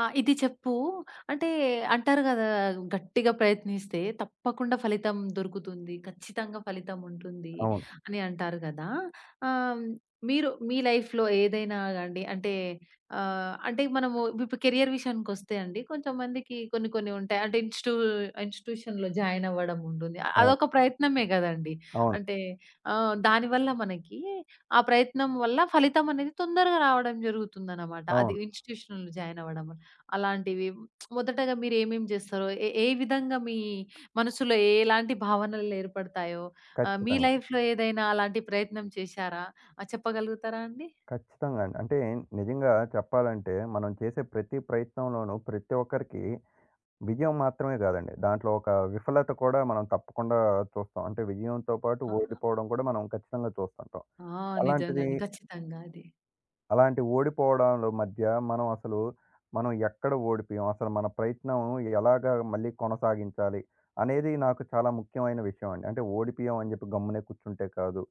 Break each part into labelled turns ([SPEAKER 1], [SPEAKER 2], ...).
[SPEAKER 1] ఆ! ఇది చెప్పు. అంటే అంటారు గదా! గట్టిగా ప్రయత్నిస్తే తప్పకుండా ఫలితం దొరుకుతుంది. ఖచ్చితంగా ఫలితం ఉంటుంది
[SPEAKER 2] అవును.
[SPEAKER 1] అని అంటారు గదా! ఆహ్, మీరు మీ లైఫ్‌లో ఏదైనా గాండి అంటే అంటే మనము ఇప్పుడు కెరియర్ విషయానికొస్తే అండి కొంచెంమందికి కొన్ని కొన్ని ఉంటాయి. అంటే ఇన్‌స్టిట్యూషన్‌లో జాయిన్ అవ్వడం ఉంటుంది.
[SPEAKER 2] అవును.
[SPEAKER 1] అదొక ప్రయత్నమే గదండీ.
[SPEAKER 2] అవును.
[SPEAKER 1] అంటే దానివల్ల మనకి ఆ ప్రయత్నం వల్ల ఫలితం అనేది తొందరగా రావడం జరుగుతుందనమాట. అది
[SPEAKER 2] అవును.
[SPEAKER 1] ఇన్‌స్టిట్యూషన్‌లో జాయిన్ అవ్వడం వల్ల. అలాంటివి. మొదటగా మీరేమేం జేస్తారో? ఏ ఏ విధంగా మీ మనసులో ఎలాంటి భావనలేర్పడతాయో? మీ
[SPEAKER 2] ఖచ్చితంగా.
[SPEAKER 1] లైఫ్‌లో ఏదైనా అలాంటి ప్రయత్నం చేశారా? చెప్పగలుగుతారా అండి?
[SPEAKER 2] ఖచ్చితంగా అండి. అంటే నిజంగా చెప్పాలంటే మనం చేసే ప్రతి ప్రయత్నంలోనూ ప్రతి ఒక్కరికి విజయం మాత్రమే కాదండి. దాంట్లో ఒక విఫలత కూడా మనం తప్పకుండా చూస్తాం. అంటే విజయంతో పాటు
[SPEAKER 1] ఆ!
[SPEAKER 2] ఓడిపోవడం కూడా మనం ఖచ్చితంగా చూస్తుంటాం.
[SPEAKER 1] ఆ! నిజంగా
[SPEAKER 2] అలాంటిది
[SPEAKER 1] అండి. ఖచ్చితంగా అది.
[SPEAKER 2] అలాంటి ఓడిపోవడాల మధ్య మనం అసలు మనం ఎక్కడ ఓడిపోయాం? అసలు మన ప్రయత్నం ఎలాగా మళ్ళీ కొనసాగించాలి? అనేది నాకు చాలా ముఖ్యమైన విషయం అండి. అంటే ఓడిపోయాం అని చెప్పి గమ్మునే కూర్చుంటే కాదు.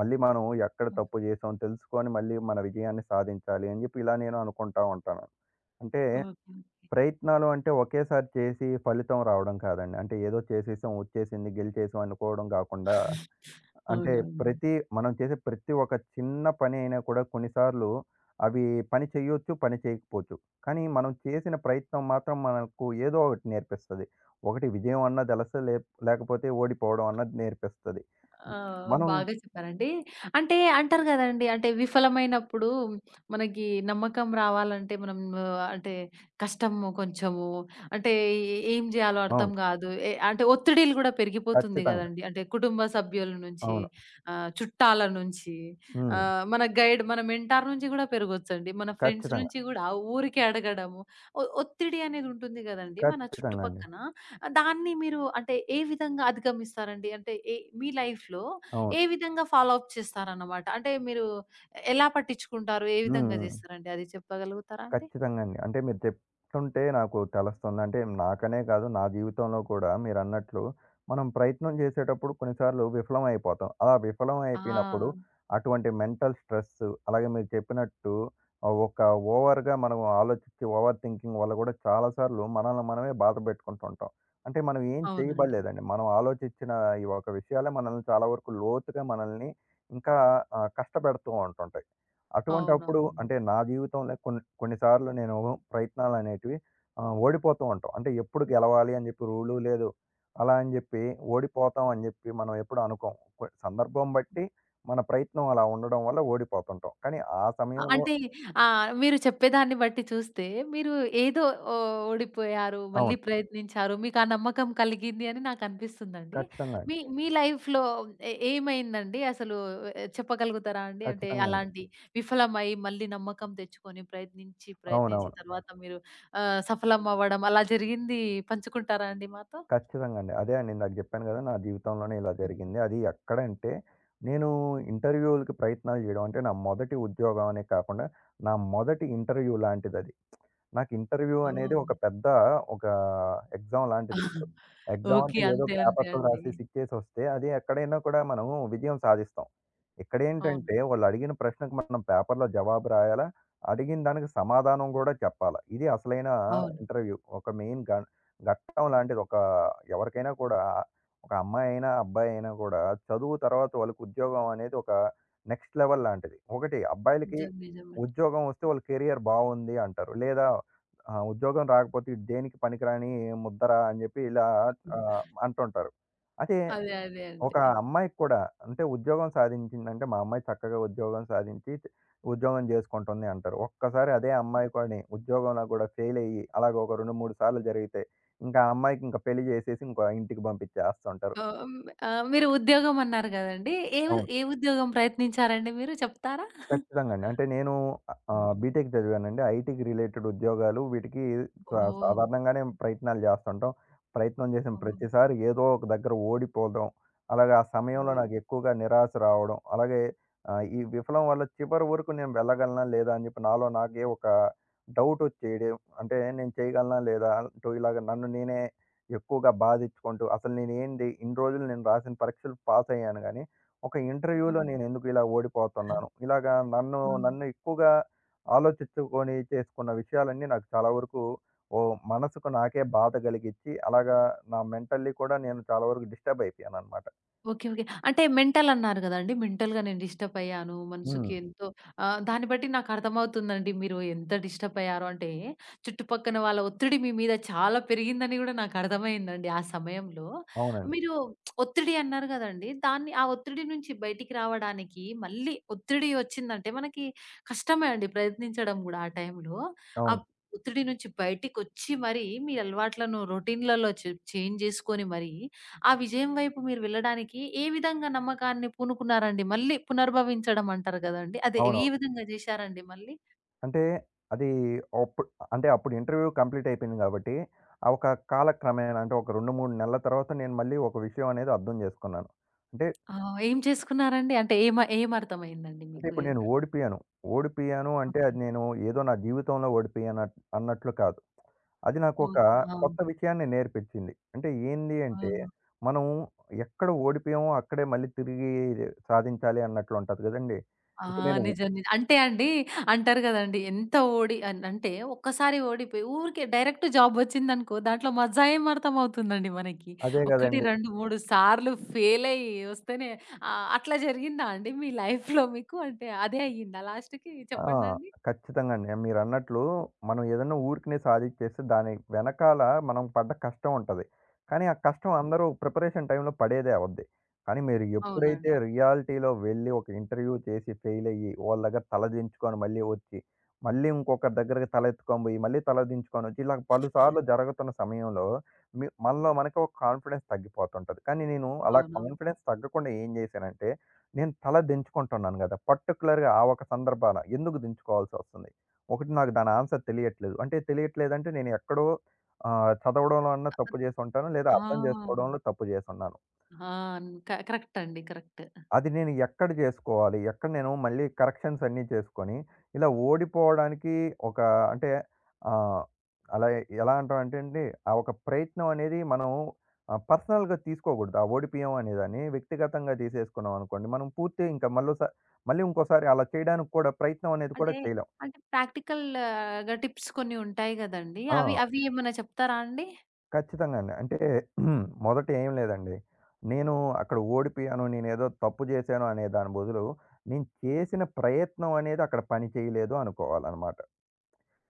[SPEAKER 2] మళ్ళీ మనం ఎక్కడ తప్పు చేసాం తెలుసుకొని మళ్ళీ మన విజయాన్ని సాధించాలి అని చెప్పి ఇలా నేను అనుకుంటా ఉంటాను. అంటే
[SPEAKER 1] ఓకే.
[SPEAKER 2] ప్రయత్నాలు అంటే ఒకేసారి చేసి ఫలితం రావడం కాదండి. అంటే ఏదో చేసేసాం, వచ్చేసింది, గెలిచేసాం అనుకోవడం కాకుండా అంటే
[SPEAKER 1] అవునవును.
[SPEAKER 2] ప్రతి మనం చేసే ప్రతి ఒక్క చిన్న పని అయినా కూడా కొన్నిసార్లు అవి పని చేయొచ్చు, పని చేయకపోవచ్చు. కానీ మనం చేసిన ప్రయత్నం మాత్రం మనకు ఏదో ఒకటి నేర్పిస్తది. ఒకటి విజయం అన్న తెలుస్తది. లేకపోతే ఓడిపోవడం అన్నది నేర్పిస్తది.
[SPEAKER 1] ఆ!
[SPEAKER 2] మనం
[SPEAKER 1] బాగా చెప్పారండి. అంటే అంటారు గదండీ! అంటే విఫలమైనప్పుడు మనకి నమ్మకం రావాలంటే మనం అంటే కష్టము కొంచెము. అంటే ఏం జేయాలో అర్థం
[SPEAKER 2] అవును.
[SPEAKER 1] గాదు. అంటే ఒత్తిడిలు గూడా పెరిగిపోతుంది
[SPEAKER 2] ఖచ్చితంగా.
[SPEAKER 1] గదండీ! అంటే కుటుంబ సభ్యుల నుంచి,
[SPEAKER 2] అవును.
[SPEAKER 1] చుట్టాల నుంచి,
[SPEAKER 2] హ్మ్.
[SPEAKER 1] మన గైడ్ మన మెంటార్ నుంచి గూడా పెరగొచ్చండి. మన ఫ్రెండ్స్
[SPEAKER 2] ఖచ్చితంగా.
[SPEAKER 1] నుంచి గూడా ఊరికే అడగడము. ఒత్తిడి అనేది ఉంటుంది గదండీ! మన
[SPEAKER 2] ఖచ్చితంగా అండి.
[SPEAKER 1] చుట్టుపక్కన. దాన్ని మీరు అంటే ఏ విధంగా అధిగమిస్తారండి? అంటే ఏ మీ లైఫ్‌లో
[SPEAKER 2] అవును.
[SPEAKER 1] ఏ విధంగా ఫాలో అప్ చేస్తారన్నమాట? అంటే మీరు ఎలా పట్టించుకుంటారు? ఏ విధంగా
[SPEAKER 2] హ్మ్. హ్మ్.
[SPEAKER 1] చేస్తారండి? అది చెప్పగలుగుతారా అండి?
[SPEAKER 2] ఖచ్చితంగా అండి. అంటే మీరు చెప్తుంటే నాకు తెలుస్తుంది. అంటే నాకనే కాదు నా జీవితంలో కూడా మీరన్నట్లు మనం ప్రయత్నం చేసేటప్పుడు కొన్నిసార్లు విఫలం అయిపోతాం. అలా విఫలం అయిపోయినప్పుడు
[SPEAKER 1] ఆ!
[SPEAKER 2] అటువంటి మెంటల్ స్ట్రెస్ అలాగే మీరు చెప్పినట్టు ఆహ్, ఒక ఓవర్‌గా మనం ఆలోచించి ఓవర్ థింకింగ్ వల్ల కూడా చాలా సార్లు మనల్ని మనమే బాధ పెట్టుకుంటుంటాం. అంటే మనం ఏం
[SPEAKER 1] అవునండి.
[SPEAKER 2] చేయబడలేదండి. మనం ఆలోచించిన ఈ ఒక విషయాలే మనల్ని చాలా వరకు లోతుగా మనల్ని ఇంకా కష్టపెడుతూ ఉంటుంటాయి. అటువంటప్పుడు
[SPEAKER 1] అవునవును.
[SPEAKER 2] అంటే నా జీవితంలో కొన్నిసార్లు నేను ప్రయత్నాలనేటివి ఓడిపోతూ ఉంటాం. అంటే ఎప్పుడు గెలవాలి అని చెప్పి రూలు లేదు. అలా అని చెప్పి ఓడిపోతాం అని చెప్పి మనం ఎప్పుడు అనుకోం. సందర్భం బట్టి మన ప్రయత్నం అలా ఉండడం వల్ల ఓడిపోతుంటాం. కానీ ఆ సమయంలో
[SPEAKER 1] అంటే మీరు చెప్పేదాన్ని బట్టి చూస్తే మీరు ఏదో ఓ ఓడిపోయారు. మళ్ళీ
[SPEAKER 2] అవును.
[SPEAKER 1] ప్రయత్నించారు. మీకు ఆ నమ్మకం కలిగింది అని నాకనిపిస్తుందండి.
[SPEAKER 2] ఖచ్చితంగా
[SPEAKER 1] మీ
[SPEAKER 2] అండి.
[SPEAKER 1] మీ లైఫ్‌లో ఏమైందండి? అసలు చెప్పగలుగుతారా అండి? అంటే
[SPEAKER 2] ఖచ్చితంగా అండి.
[SPEAKER 1] అలాంటి విఫలమై మళ్ళీ నమ్మకం తెచ్చుకొని ప్రయత్నించి, ప్రయత్నించి
[SPEAKER 2] అవునవును.
[SPEAKER 1] తర్వాత మీరు సఫలం అవ్వడం అలా జరిగింది పంచుకుంటారా అండి మాతో?
[SPEAKER 2] ఖచ్చితంగా అండి. అదే అండి ఇందాక చెప్పాను కదా! నా జీవితంలోనే ఇలా
[SPEAKER 1] హ్మ్.
[SPEAKER 2] జరిగింది. అది ఎక్కడంటే నేను ఇంటర్వ్యూలకి ప్రయత్నాలు చేయడం అంటే నా మొదటి ఉద్యోగం అనే కాకుండా నా మొదటి ఇంటర్వ్యూ లాంటిదది. నాకు ఇంటర్వ్యూ అనేది
[SPEAKER 1] ఓహ్!
[SPEAKER 2] ఒక పెద్ద ఒక ఎగ్జామ్ లాంటిదిప్పుడు. Exam
[SPEAKER 1] okay.
[SPEAKER 2] అంటే ఏదో
[SPEAKER 1] అంతే అంతే
[SPEAKER 2] పేపర్‌తో
[SPEAKER 1] అండి.
[SPEAKER 2] రాసి సిక్కేసొస్తే అది ఎక్కడైనా కూడా మనం విజయం సాధిస్తాం.
[SPEAKER 1] అవును.
[SPEAKER 2] ఇక్కడేంటంటే వాళ్ళడిగిన ప్రశ్నకు మనం పేపర్‌లో జవాబు రాయాలా, అడిగిన దానికి సమాధానం గూడా చెప్పాలా. ఇది అసలైన
[SPEAKER 1] అవును.
[SPEAKER 2] ఇంటర్వ్యూ. ఒక మెయిన్ ఘట్టం లాంటిది. ఎవరికైనా కూడా ఒక అమ్మాయైనా, అబ్బాయైనా కూడా చదువు తర్వాత వాళ్ళకి ఉద్యోగం అనేది ఒక నెక్స్ట్ లెవెల్ లాంటిది. ఒకటి అబ్బాయిలకి
[SPEAKER 1] నిజం నిజమండి.
[SPEAKER 2] ఉద్యోగం వస్తే వాళ్ళ కెరియర్ బావుంది అంటారు. లేదా ఉద్యోగం రాకపోతే "ఈడు దేనికి పనికిరాని ముద్దర" అని చెప్పి ఇలా అంటుంటారు. అదే
[SPEAKER 1] అదే అదే అండి.
[SPEAKER 2] ఒక అమ్మాయికి కూడా అంటే ఉద్యోగం సాధించిందంటే, మా అమ్మాయి చక్కగా ఉద్యోగం సాధించి ఉద్యోగం జేసుకుంటుంది అంటారు. ఒక్కసారి అదే అమ్మాయి కానీ ఉద్యోగంలో కూడా ఫెయిల్ అయ్యి, అలాగ ఒక 2, 3 సార్లు జరిగితే, ఇంకా ఆ అమ్మాయికి ఇంక పెళ్లి జేసేసి ఇంకో ఇంటికి పంపించేస్తుంటారు.
[SPEAKER 1] ఓహ్! హ్మ్. మీరు ఉద్యోగం అన్నారు గదండీ!
[SPEAKER 2] అవును.
[SPEAKER 1] ఏ ఉద్యోగం ప్రయత్నించారండి మీరు చెప్తారా?
[SPEAKER 2] ఖచ్చితంగా అండి. అంటే నేను బీటెక్ చదివానండి. ఐటీకి రిలేటెడ్ ఉద్యోగాలు వీటికి
[SPEAKER 1] ఓహ్!
[SPEAKER 2] సాధారణంగానే ప్రయత్నాలు చేస్తుంటాం. ప్రయత్నం చేసిన
[SPEAKER 1] ఓహ్!
[SPEAKER 2] ప్రతిసారి ఏదో ఒక దగ్గర ఓడిపోవడం, అలాగే ఆ సమయంలో నాకు ఎక్కువగా నిరాశ రావడం, అలాగే ఈ విఫలం వల్ల చివరి వరకు నేను వెళ్ళగలనా లేదా అని చెప్పి నాలో నాకే ఒక డౌట్ వచ్చేయడం. అంటే నేను చేయగలనా లేదా అంటూ ఇలాగ నన్ను నేనే ఎక్కువగా బాధించుకుంటూ అసలు నేనేంటి ఇన్ని రోజులు నేను రాసిన పరీక్షలు పాస్ అయ్యాను గాని ఒక ఇంటర్వ్యూలో
[SPEAKER 1] ఓహ్!
[SPEAKER 2] నేనెందుకు ఇలా
[SPEAKER 1] ఆ!
[SPEAKER 2] ఓడిపోతున్నాను? ఇలాగా నన్ను
[SPEAKER 1] ఆ!
[SPEAKER 2] నన్ను ఎక్కువగా ఆలోచించుకొని చేసుకున్న విషయాలన్నీ నాకు చాలా వరకు మనసుకు నాకే బాధ కలిగించి, అలాగా నా మెంటల్లీ కూడా నేను చాలా వరకు డిస్టర్బ్ అయిపోయాననమాట.
[SPEAKER 1] ఓకే. ఓకే. అంటే మెంటల్ అన్నారు గదండీ! మెంటల్‌గా నేను డిస్టర్బ్ అయ్యాను. మనసుకి
[SPEAKER 2] హ్మ్.
[SPEAKER 1] ఎంతో దాన్ని బట్టి నాకర్థమవుతుందండి మీరు ఎంత డిస్టర్బ్ అయ్యారో అంటే, చుట్టుపక్కన వాళ్ళ ఒత్తిడి మీ మీద చాలా పెరిగిందని గూడా నాకర్థమయిందండి ఆ సమయంలో.
[SPEAKER 2] అవునండి.
[SPEAKER 1] మీరు ఒత్తిడి అన్నారు గదండీ! దాన్ని ఆ ఒత్తిడి నుంచి బయటికి రావడానికి మళ్ళీ ఒత్తిడి వచ్చిందంటే మనకి కష్టమే అండి ప్రయత్నించడం గూడా ఆ టైంలో. ఆ
[SPEAKER 2] అవును.
[SPEAKER 1] ఒత్తిడి నుంచి బయటికొచ్చి మరి మీ అలవాట్లను రొటీన్‌లలో చేంజ్ జేసుకొని మరి ఆ విజయం వైపు మీరు వెళ్ళడానికి ఏ విధంగా నమ్మకాన్ని పూనుకున్నారండి? మళ్ళీ పునర్భవించడం అంటారు గదండీ! అదే ఏ
[SPEAKER 2] అవునవును.
[SPEAKER 1] విధంగా జేశారండి మళ్ళీ?
[SPEAKER 2] అంటే అది అప్పుడు అప్పుడు ఇంటర్వ్యూ కంప్లీట్ అయిపోయింది కాబట్టి, ఆ ఒక కాలక్రమేణా అంటే ఒక 2, 3 నెలల తర్వాత నేను మళ్ళీ ఒక విషయం అనేది అర్థం చేసుకున్నాను. అంటే
[SPEAKER 1] ఆ! ఏం చేసుకున్నారండి? అంటే ఏమర్థమైందండి
[SPEAKER 2] అంటే
[SPEAKER 1] మీకు?
[SPEAKER 2] ఇప్పుడు నేను ఓడిపోయాను. ఓడిపోయాను అంటే
[SPEAKER 1] ఓకే.
[SPEAKER 2] అది నేను ఏదో నా జీవితంలో ఓడిపోయాను అన్నట్లు కాదు. అది నాకొక
[SPEAKER 1] ఓకే. అవును.
[SPEAKER 2] కొత్త విషయాన్ని నేర్పించింది. అంటే ఏంది
[SPEAKER 1] ఆ!
[SPEAKER 2] అంటే, మనం ఎక్కడ ఓడిపోయామో అక్కడే మళ్ళీ తిరిగి సాధించాలి అన్నట్లు ఉంటది గదండీ!
[SPEAKER 1] ఆ!
[SPEAKER 2] ఇప్పుడు నేను
[SPEAKER 1] నిజం. నిజం. అంటే అండి అంటారు గదండీ! ఎంత ఓడి అన్ అంటే ఒక్కసారి ఓడిపోయి ఊరికే డైరెక్ట్ జాబ్ వచ్చిందనుకో దాంట్లో మజా ఏం అర్థమవుతుందండి మనకి.
[SPEAKER 2] అదే
[SPEAKER 1] ఒకటి,
[SPEAKER 2] గదండీ!
[SPEAKER 1] 2, 3 సార్లు ఫెయిల్ అయ్యి వస్తేనే అట్లా జరిగిందా అండి మీ లైఫ్‌లో మీకు? అంటే అదే అయ్యిందా లాస్ట్‌కి
[SPEAKER 2] ఆ!
[SPEAKER 1] చెప్పండండి?
[SPEAKER 2] ఖచ్చితంగా అండి. మీరన్నట్లు మనం ఏదన్నా ఊరికనే సాధిచ్చేస్తే దాని వెనకాల మనం పడ్డ కష్టం ఉంటది. కానీ ఆ కష్టం అందరూ ప్రిపరేషన్ టైమ్‌లో పడేదే అవుద్ది. కానీ మీరు ఎప్పుడైతే
[SPEAKER 1] అవునండి.
[SPEAKER 2] రియాలిటీలో వెళ్ళి ఒక ఇంటర్వ్యూ చేసి ఫెయిలయ్యి, వాళ్ళ దగ్గర తలదించుకొని మళ్ళీ వచ్చి, మళ్ళీ ఇంకొకరి దగ్గరకి తలెత్తుకొని పోయి, మళ్ళీ తలదించుకొనొచ్చి, ఇలా పలుసార్లు జరుగుతున్న సమయంలో మనలో మనకి ఒక కాన్ఫిడెన్స్ తగ్గిపోతుంటది. కానీ నేను అలా
[SPEAKER 1] అవునవును.
[SPEAKER 2] కాన్ఫిడెన్స్ తగ్గకుండా ఏం చేశానంటే నేను తల దించుకుంటున్నాను గదా! పర్టిక్యులర్‌గా ఆ ఒక సందర్భాన ఎందుకు దించుకోవాల్సొస్తుంది? ఒకటి నాకు దాని ఆన్సర్ తెలియట్లేదు. అంటే తెలియట్లేదంటే నేను ఎక్కడో చదవడంలో అన్నా తప్పు జేసుంటాను. లేదా అర్థం
[SPEAKER 1] ఆ!
[SPEAKER 2] జేసుకోవడంలో తప్పు జేసున్నాను.
[SPEAKER 1] ఆ! కరెక్ట్ అండి. కరెక్ట్.
[SPEAKER 2] అది నేను ఎక్కడ జేసుకోవాలి? ఎక్కడ నేను మళ్ళీ కరెక్షన్స్ అన్నీ చేసుకొని, ఇలా ఓడిపోవడానికి ఒక అంటే ఆహ్, అలా ఎలా అంటామంటే అండి, ఆ ఒక ప్రయత్నం అనేది మనం పర్సనల్‌గా తీసుకోకూడదు. ఆ ఓడిపోయాం అనేదాన్ని వ్యక్తిగతంగా తీసేసుకున్నాం అనుకోండి, మనం పూర్తి ఇంకా మళ్ళీ ఇంకోసారి అలా చేయడానికి కూడా ప్రయత్నం అనేది కూడా
[SPEAKER 1] అంటే
[SPEAKER 2] చేయలేం.
[SPEAKER 1] అంటే ప్రాక్టికల్‌గా టిప్స్ కొన్ని ఉంటాయి గదండీ!
[SPEAKER 2] ఆ!
[SPEAKER 1] అవి అవి ఏమన్నా చెప్తారా అండి?
[SPEAKER 2] ఖచ్చితంగా అండి. అంటే మొదట ఏం లేదండి. నేను అక్కడ ఓడిపోయాను, నేనేదో తప్పు చేశాను అనే దాని బదులు, నేను చేసిన ప్రయత్నం అనేది అక్కడ పని చేయలేదు అనుకోవాలనమాట.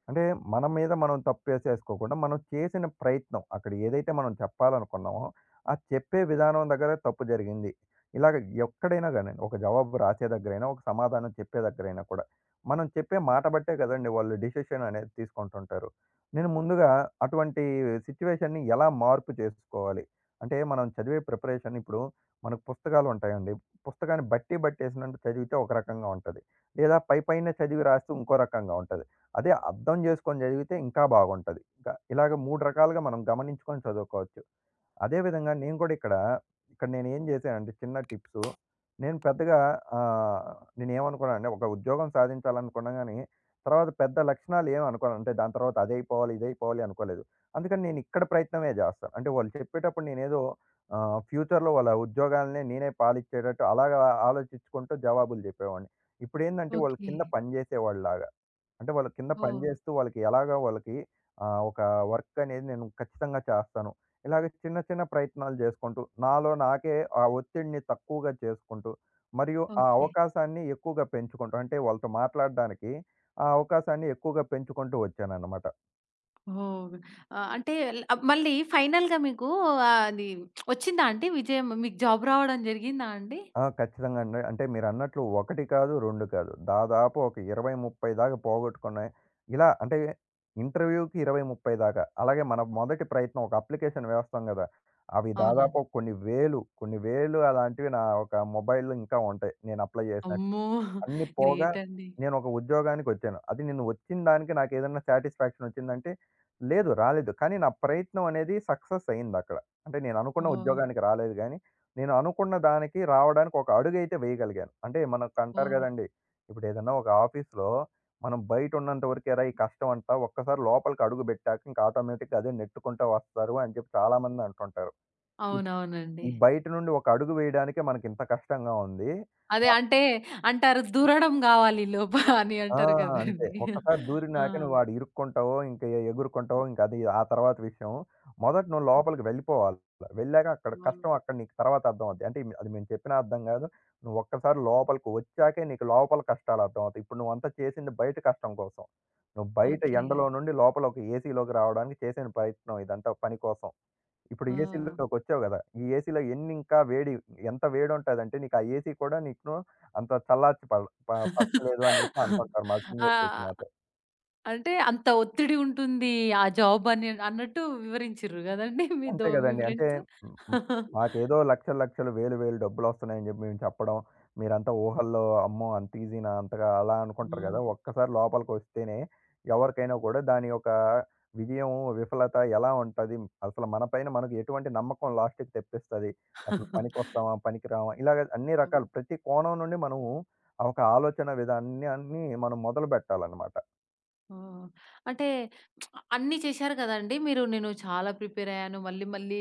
[SPEAKER 2] అంటే మన మీద మనం తప్పేసేసుకోకుండా, మనం చేసిన ప్రయత్నం అక్కడ ఏదైతే మనం చెప్పాలనుకున్నామో, ఆ చెప్పే విధానం దగ్గర తప్పు జరిగింది. ఇలాగ ఎక్కడైనా గానియండి, ఒక జవాబు రాసే దగ్గరైనా, ఒక సమాధానం చెప్పే దగ్గరైనా కూడా, మనం చెప్పే మాట బట్టే కదండీ వాళ్ళు డెసిషన్ అనేది తీసుకుంటుంటారు. నేను ముందుగా అటువంటి సిట్యుయేషన్‌ని ఎలా మార్పు చేసుకోవాలి? అంటే మనం చదివే ప్రిపరేషన్ ఇప్పుడు మనకు పుస్తకాలు ఉంటాయండి. పుస్తకాన్ని బట్టి, బట్టేసినట్టు చదివితే ఒక రకంగా ఉంటది. లేదా పైపైనే చదివి రాస్తూ ఇంకో రకంగా ఉంటది. అదే అర్థం చేసుకొని చదివితే ఇంకా బాగుంటది. ఇంకా ఇలాగ 3 రకాలుగా మనం గమనించుకొని చదువుకోవచ్చు. అదే విధంగా నేను కూడా ఇక్కడ నేనేం చేశానంటే చిన్న టిప్సు. నేను పెద్దగా ఆహ్, నేనేమనుకున్నానంటే ఒక ఉద్యోగం సాధించాలనుకున్నా గానీ, తర్వాత పెద్ద లక్షణాలు ఏమి అనుకోను. అంటే దాని తర్వాత అదైపోవాలి, ఇదైపోవాలి అనుకోలేదు. అందుకని నేను ఇక్కడ ప్రయత్నమే చేస్తాను. అంటే వాళ్ళు చెప్పేటప్పుడు నేనేదో ఫ్యూచర్‌లో వాళ్ళ ఉద్యోగాలనే నేనే పాలిచ్చేటట్టు అలాగా ఆలోచించుకుంటూ జవాబులు చెప్పేవాడిని. ఇప్పుడేందంటే వాళ్ళు
[SPEAKER 1] ఓకే.
[SPEAKER 2] కింద పనిచేసేవాడిలాగా. అంటే వాళ్ళు కింద పని
[SPEAKER 1] ఓహ్!
[SPEAKER 2] చేస్తూ వాళ్ళకి ఒక వర్క్ అనేది నేను ఖచ్చితంగా చేస్తాను. ఇలాగ చిన్న చిన్న ప్రయత్నాలు చేసుకుంటూ, నాలో నాకే ఆ ఒత్తిడిని తక్కువగా చేసుకుంటూ, మరియు ఆ
[SPEAKER 1] ఓకే.
[SPEAKER 2] అవకాశాన్ని ఎక్కువగా పెంచుకుంటూ, అంటే వాళ్ళతో మాట్లాడడానికి ఆ అవకాశాన్ని ఎక్కువగా పెంచుకుంటూ వచ్చానన్నమాట.
[SPEAKER 1] ఓహ్! అంటే ల మళ్ళీ ఫైనల్‌గా మీకు అది వచ్చిందా అండి విజయం? మీకు జాబ్ రావడం జరిగిందా అండి?
[SPEAKER 2] ఆ! ఖచ్చితంగా అండి. అంటే మీరన్నట్లు ఒకటి కాదు, 2 కాదు. దాదాపు ఒక 20, 30 దాకా పోగొట్టుకున్నాయి. ఇలా అంటే ఇంటర్వ్యూకి 20, 30 దాకా. అలాగే మన మొదటి ప్రయత్నం ఒక అప్లికేషన్ వేస్తాం గదా! అవి దాదాపు
[SPEAKER 1] అవునండి.
[SPEAKER 2] కొన్ని వేలు, కొన్ని వేలు అలాంటివి నా ఒక మొబైల్‌లో ఇంకా ఉంటాయి. నేను అప్లై చేసినట్టు.
[SPEAKER 1] అమ్మో!
[SPEAKER 2] అన్నీ పోగా
[SPEAKER 1] గ్రేట్ అండి.
[SPEAKER 2] నేనొక ఉద్యోగానికొచ్చాను. అది నేను వచ్చిన దానికి నాకేదన్నా సాటిస్ఫాక్షన్ వచ్చిందంటే, లేదు రాలేదు. కానీ నా ప్రయత్నం అనేది సక్సెస్ అయిందక్కడ. అంటే నేననుకున్న
[SPEAKER 1] ఓహ్!
[SPEAKER 2] ఉద్యోగానికి రాలేదు గానీ, నేను అనుకున్న దానికి రావడానికి ఒక అడుగైతే వేయగలిగాను. అంటే మనకంటారు
[SPEAKER 1] ఓహ్!
[SPEAKER 2] గదండీ! ఇప్పుడేదన్నా ఒక ఆఫీస్‌లో మనం బయటున్నంత వరకేరా ఈ కష్టం అంతా. ఒక్కసారి లోపలికి అడుగు బెట్టాక ఇంక ఆటోమేటిక్‌గా అదే నెట్టుకుంటా వస్తారు అని జెప్పి చాలామంది అంటుంటారు. ఈ
[SPEAKER 1] అవునవునండి.
[SPEAKER 2] ఈ బయట నుండి ఒక అడుగు వేయడానికే మనకింత కష్టంగా ఉంది.
[SPEAKER 1] అదే అంటే అంటారు దూరడం గావాలి లోప అని
[SPEAKER 2] ఆ!
[SPEAKER 1] అంటారు
[SPEAKER 2] అంతే.
[SPEAKER 1] కదండీ!
[SPEAKER 2] ఒక్కసారి
[SPEAKER 1] ఆ!
[SPEAKER 2] దూరినాక నువ్వాడు ఇరుక్కుంటావో, ఇంక ఎగురుకుంటావో ఇంకది ఆ తర్వాత విషయం. మొదట నువ్వు లోపలికి వెళ్ళిపోవాలి. వెళ్ళాక
[SPEAKER 1] అవును.
[SPEAKER 2] అక్కడ నీకు తర్వాత అర్థమవుద్ది. అంటే అది మేము చెప్పినా అర్థం గాదు. నువ్వు ఒక్కసారి లోపలికి వచ్చాకే నీకు లోపల కష్టాలు అర్థమవుతాయి. ఇప్పుడు నువ్వంతా చేసింది బయట కష్టం కోసం. నువ్వు బయట
[SPEAKER 1] ఓకే.
[SPEAKER 2] ఎండలో నుండి లోపల ఒక ఏసీలోకి రావడానికి చేసిన ప్రయత్నం ఇదంతా పని కోసం. ఇప్పుడు
[SPEAKER 1] ఓహ్!
[SPEAKER 2] ఏసీలోకొచ్చావు గదా! ఈ ఏసీలో ఎన్నింకా వేడి ఎంత వేడుంటాదంటే, నీకు ఆ ఏసీ కూడా నీకు అంత చల్లార్చి పడ ప పరచలేదు అని చెప్పి అంటుంటారు మా
[SPEAKER 1] ఆ!
[SPEAKER 2] సీనియర్స్ అయితే నాతో.
[SPEAKER 1] అంటే అంత ఒత్తిడి ఉంటుంది. ఆ జాబ్ అని అన్నట్టు వివరించిర్రు గదండీ మీ
[SPEAKER 2] అంతే
[SPEAKER 1] దో మీ
[SPEAKER 2] గదండీ. అంటే
[SPEAKER 1] ఫ్రెండ్స్.
[SPEAKER 2] హ్మ్, హ్మ్. మాకేదో లక్షలు, లక్షలు, వేలు, వేలు డబ్బులొస్తున్నాయని జెప్పి మేము చెప్పడం. మీరంతా ఊహల్లో అమ్మో! అంత ఈజీనా అంతగా అలా
[SPEAKER 1] ఆ!
[SPEAKER 2] అనుకుంటారు గదా! ఒక్కసారి లోపలికొస్తేనే ఎవరికైనా గూడా దాని యొక్క విజయం, విఫలత ఎలా ఉంటది? అసలు మన పైన మనకు ఎటువంటి నమ్మకం లాస్ట్‌కి తెప్పిస్తది? అసలు పనికొస్తామా? పనికిరామా? ఇలాగ అన్ని
[SPEAKER 1] ఆ!
[SPEAKER 2] రకాలు ప్రతి కోణం నుండి మనము ఆ ఒక ఆలోచన విధాన్ని అన్ని మనం మొదలు బెట్టాలన్నమాట.
[SPEAKER 1] ఓహ్! అంటే అన్నీ చేశారు కదండీ మీరు. నేను చాలా ప్రిపేర్ అయ్యాను. మళ్ళీ మళ్ళీ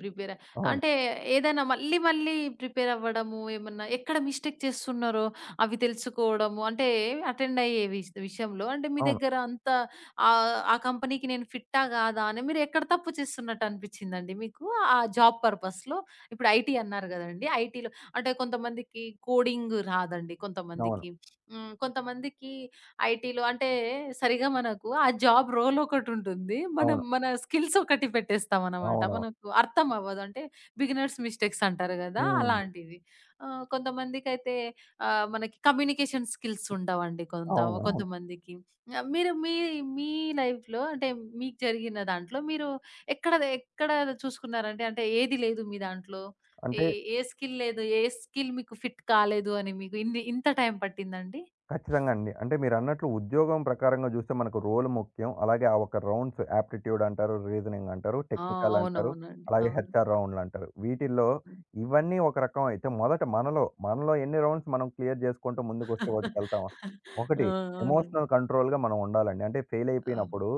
[SPEAKER 1] ప్రిపేర్ అ
[SPEAKER 2] అవును.
[SPEAKER 1] అంటే ఏదైనా మళ్ళీ మళ్ళీ ప్రిపేర్ అవ్వడము, ఏమన్నా ఎక్కడ మిస్టేక్ చేస్తున్నారో అవి తెలుసుకోవడము, అంటే అటెండ్ అయ్యే విషయంలో అంటే మీ
[SPEAKER 2] అవును.
[SPEAKER 1] దగ్గర అంత ఆ కంపెనీకి నేను ఫిట్టా కాదా అని మీరు ఎక్కడ తప్పు చేస్తున్నట్టు అనిపించిందండి మీకు? ఆ జాబ్ పర్పస్‌లో ఇప్పుడు ఐటీ అన్నారు కదండీ. ఐటీలో అంటే కొంతమందికి కోడింగ్ రాదండి
[SPEAKER 2] అవును.
[SPEAKER 1] కొంతమందికి. హ్మ్. కొంతమందికి ఐటీలో అంటే సరిగ్గా మనకు ఆ జాబ్ రోల్ ఒకటుంటుంది. మనం
[SPEAKER 2] అవును.
[SPEAKER 1] మన స్కిల్స్ ఒకటి పెట్టేస్తామనమాట.
[SPEAKER 2] అవునవును.
[SPEAKER 1] మనకు అర్థం అవ్వదు. అంటే బిగినర్స్ మిస్టేక్స్ అంటారు గదా!
[SPEAKER 2] హ్మ్.
[SPEAKER 1] అలాంటివి. కొంతమందికైతే మనకి కమ్యూనికేషన్ స్కిల్స్ ఉండవండి కొంత
[SPEAKER 2] అవునవును.
[SPEAKER 1] కొంతమందికి. మీరు మీ మీ లైఫ్‌లో అంటే మీకు జరిగిన దాంట్లో మీరు ఎక్కడ ఎక్కడ చూసుకున్నారంటే అంటే ఏది లేదు మీ దాంట్లో? ఏ
[SPEAKER 2] అంటే
[SPEAKER 1] ఏ స్కిల్ లేదు? ఏ స్కిల్ మీకు ఫిట్ కాలేదు అని మీకు ఇంత టైం పట్టిందండి?
[SPEAKER 2] ఖచ్చితంగా అండి. అంటే మీరన్నట్లు ఉద్యోగం ప్రకారంగా జూస్తే మనకు రోల్ ముఖ్యం. అలాగే ఆ ఒక రౌండ్స్ యాప్టిట్యూడ్ అంటారు, రీజనింగ్ అంటారు,
[SPEAKER 1] ఆ!
[SPEAKER 2] టెక్నికల్ అంటారు,
[SPEAKER 1] అవునవునండి.
[SPEAKER 2] అలాగే
[SPEAKER 1] అవును.
[SPEAKER 2] హెచ్ఆర్ రౌండ్‌లంటారు. వీటిల్లో
[SPEAKER 1] హ్మ్.
[SPEAKER 2] ఇవన్నీ ఒక రకం అయితే మొదట మనలో ఎన్ని రౌండ్స్ మనం క్లియర్ జేసుకుంటూ ముందుకొస్తే వాటికెళ్తామో.
[SPEAKER 1] ఆ!
[SPEAKER 2] ఒకటి
[SPEAKER 1] అవునండి.
[SPEAKER 2] ఎమోషనల్ కంట్రోల్‌గా మనం ఉండాలండి. అంటే ఫెయిల్
[SPEAKER 1] ఆ!
[SPEAKER 2] అయిపోయినప్పుడు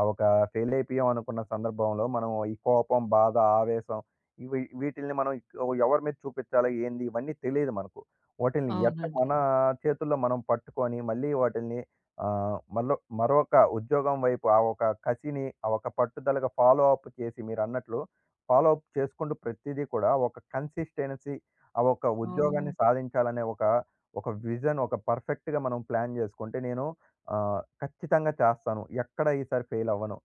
[SPEAKER 2] ఆ ఒక ఫెయిల్ అయిపోయాం అనుకున్న సందర్భంలో మనం ఈ కోపం, బాధ, ఆవేశం వీటిల్ని మనం ఎవరి మీద చూపిచ్చాలో ఏంది ఇవన్నీ తెలీదు మనకు. వాటిల్ని ఎట్ట
[SPEAKER 1] అవునండి.
[SPEAKER 2] మన చేతుల్లో మనం పట్టుకొని మళ్ళీ వాటిల్ని ఆహ్, మళ్ళొ మరొక ఉద్యోగం వైపు ఆ ఒక కసిని, ఆ ఒక పట్టుదలగా ఫాలో అప్ చేసి మీరన్నట్లు ఫాలో అప్ చేసుకుంటూ ప్రతిదీ కూడా ఒక కన్సిస్టెన్సీ ఆ ఒక
[SPEAKER 1] ఓహ్!
[SPEAKER 2] ఉద్యోగాన్ని సాధించాలనే ఒక విజన్ ఒక పర్ఫెక్ట్‌గా మనం ప్లాన్ చేసుకుంటే నేను ఖచ్చితంగా చేస్తాను. ఎక్కడ ఈసారి ఫెయిల్ అవ్వను.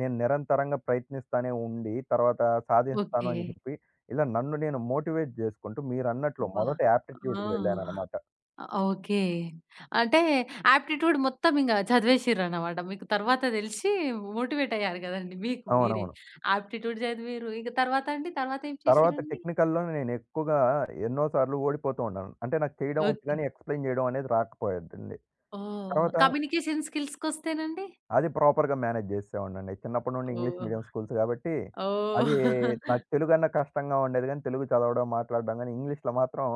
[SPEAKER 2] నేను నిరంతరంగా ప్రయత్నిస్తానే ఉండి తర్వాత సాధిస్తాను
[SPEAKER 1] ఓకే.
[SPEAKER 2] అని చెప్పి ఇలా నన్ను నేను మోటివేట్ జేసుకుంటూ మీరన్నట్లు
[SPEAKER 1] అబ్బా!
[SPEAKER 2] మొదట
[SPEAKER 1] ఆ!
[SPEAKER 2] యాప్టిట్యూడ్‌కి వెళ్ళాననమాట.
[SPEAKER 1] ఓకే. అంటే ఆప్టిట్యూడ్ మొత్తం ఇంగ చదివేసిర్రన్నమాట. మీకు తర్వాత తెలిసి మోటివేట్ అయ్యారు గదండీ మీకు మీరే.
[SPEAKER 2] అవునవును.
[SPEAKER 1] ఆప్టిట్యూడ్ చదివిర్రు. ఇక తర్వాత అండి? తర్వాత ఏం
[SPEAKER 2] తర్వాత
[SPEAKER 1] చేసిర్రండి?
[SPEAKER 2] టెక్నికల్‌లోనే నేనెక్కువగా ఎన్నో సార్లు ఓడిపోతూ ఉన్నాను. అంటే నాకు చేయడం ఒచ్చు
[SPEAKER 1] ఓకే.
[SPEAKER 2] గానీ, ఎక్స్‌ప్లెయిన్ జేయడం అనేది రాకపోయేదండి.
[SPEAKER 1] ఓహ్!
[SPEAKER 2] తర్వాత
[SPEAKER 1] కమ్యూనికేషన్ స్కిల్స్‌కొస్తేనండి?
[SPEAKER 2] అది ప్రాపర్‌గా మేనేజ్ చేసేవాడినండి. చిన్నప్పటి నుండి ఇంగ్లీష్ మీడియం
[SPEAKER 1] ఓహ్!
[SPEAKER 2] స్కూల్స్ కాబట్టి,
[SPEAKER 1] ఓహ్!
[SPEAKER 2] అది నాకు తెలుగన్నా కష్టంగా ఉండేది గానీ, తెలుగు చదవడం, మాట్లాడడం గానీ, ఇంగ్లీష్‌లో మాత్రం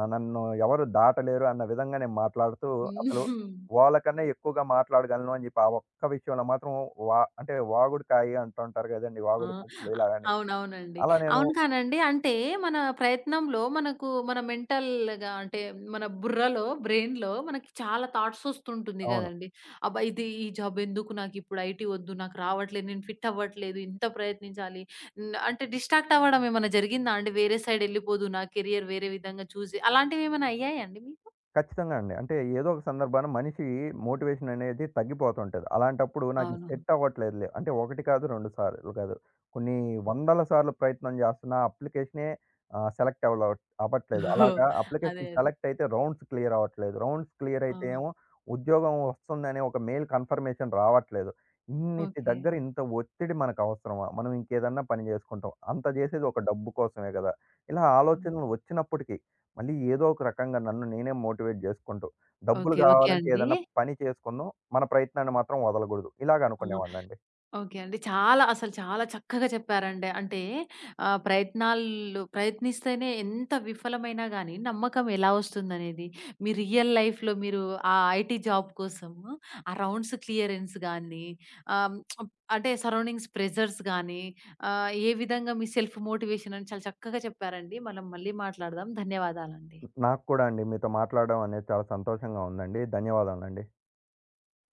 [SPEAKER 2] నన్ను ఎవరు దాటలేరు అన్న విధంగా నేను మాట్లాడుతూ, అసలు
[SPEAKER 1] హ్మ్.
[SPEAKER 2] వాళ్ళకన్నా ఎక్కువగా మాట్లాడగలను అని చెప్పి, ఆ ఒక్క విషయంలో మాత్రం అంటే వాగుడుకాయి అంటుంటారు కదండీ!
[SPEAKER 1] ఆ!
[SPEAKER 2] వాగుడు పక్షులు
[SPEAKER 1] అ
[SPEAKER 2] ఇలాగని.
[SPEAKER 1] అవునవునండి.
[SPEAKER 2] అలా నేను
[SPEAKER 1] అవును కానండి. అంటే మన ప్రయత్నంలో మనకు మన మెంటల్‌గా అంటే మన బుర్రలో, బ్రెయిన్‌లో మనకి చాలా థాట్స్ వస్తుంటుంది
[SPEAKER 2] అవును.
[SPEAKER 1] గదండీ. అబ్బా! ఇది ఈ జాబ్ ఎందుకు నాకిప్పుడు ఐటీ వద్దు. నాకు రావట్లేదు. నేను ఫిట్ అవ్వట్లేదు. ఇంత ప్రయత్నించాలి. అంటే డిస్ట్రాక్ట్ అవ్వడం ఏమైనా జరిగిందా అండి? వేరే సైడ్ ఎళ్ళిపోదు. నా కెరియర్ వేరే విధంగా చూజ్ అలాంటివేమైనా అయ్యాయండి మీకు?
[SPEAKER 2] ఖచ్చితంగా అండి. అంటే ఏదో ఒక సందర్భాన మనిషి మోటివేషన్ అనేది తగ్గిపోతుంటది. అలాంటప్పుడు నాకిది
[SPEAKER 1] అవును.
[SPEAKER 2] సెట్ అవ్వట్లేదులే. అంటే 1 కాదు, 2 సార్లు కాదు. కొన్ని వందల సార్లు ప్రయత్నం జేస్తున్నా అప్లికేషనే సెలెక్ట్ అవ్వట్లేదు.
[SPEAKER 1] ఓహ్!
[SPEAKER 2] అలాగా
[SPEAKER 1] అదే.
[SPEAKER 2] అప్లికేషన్
[SPEAKER 1] అదే.
[SPEAKER 2] సెలెక్ట్ అయితే రౌండ్స్ క్లియర్ అవ్వట్లేదు. రౌండ్స్ క్లియర్ అయితే ఏమో
[SPEAKER 1] ఆ!
[SPEAKER 2] ఉద్యోగం వస్తుందనే ఒక మెయిల్ కన్ఫర్మేషన్ రావట్లేదు. ఇన్నిటి
[SPEAKER 1] ఓకే.
[SPEAKER 2] దగ్గర ఇంత ఒత్తిడి మనకవసరమా? మనం ఇంకేదన్నా పని జేసుకుంటాం. అంత జేసేది ఒక డబ్బు కోసమే గదా! ఇలా
[SPEAKER 1] హ్మ్.
[SPEAKER 2] ఆలోచనలు వచ్చినప్పటికీ మళ్ళీ ఏదో ఒక రకంగా నన్ను నేనే మోటివేట్ జేసుకుంటూ, డబ్బులు
[SPEAKER 1] ఓకే.
[SPEAKER 2] ఓకే.
[SPEAKER 1] ఓకే
[SPEAKER 2] గావాలంటే
[SPEAKER 1] అండి.
[SPEAKER 2] ఏదన్నా పని చేసుకుందాం. మన ప్రయత్నాన్ని మాత్రం వదలగూడదు. ఇలాగ
[SPEAKER 1] ఆ!
[SPEAKER 2] అనుకునేవాడినండి.
[SPEAKER 1] ఓకే అండి. చాలా అసలు చాలా చక్కగా చెప్పారండి. అంటే ప్రయత్నాలు ప్రయత్నిస్తేనే ఎంత విఫలమైనా గానీ, నమ్మకం ఎలా ఒస్తుందనేది, మీ రియల్ లైఫ్‌లో మీరు ఆ ఐటీ జాబ్ కోసము, ఆ రౌండ్స్ క్లియరెన్స్ గానీ, ఆహ్, అంటే సరౌండింగ్స్ ప్రెజర్స్ గానీ, ఏ విధంగా మీ సెల్ఫ్ మోటివేషన్ అని చాలా చక్కగా చెప్పారండి. మనం మళ్ళీ మాట్లాడదాం. ధన్యవాదాలండి.
[SPEAKER 2] నాకు కూడా అండి మీతో మాట్లాడడం అనేది చాలా సంతోషంగా ఉందండి. ధన్యవాదాలండి.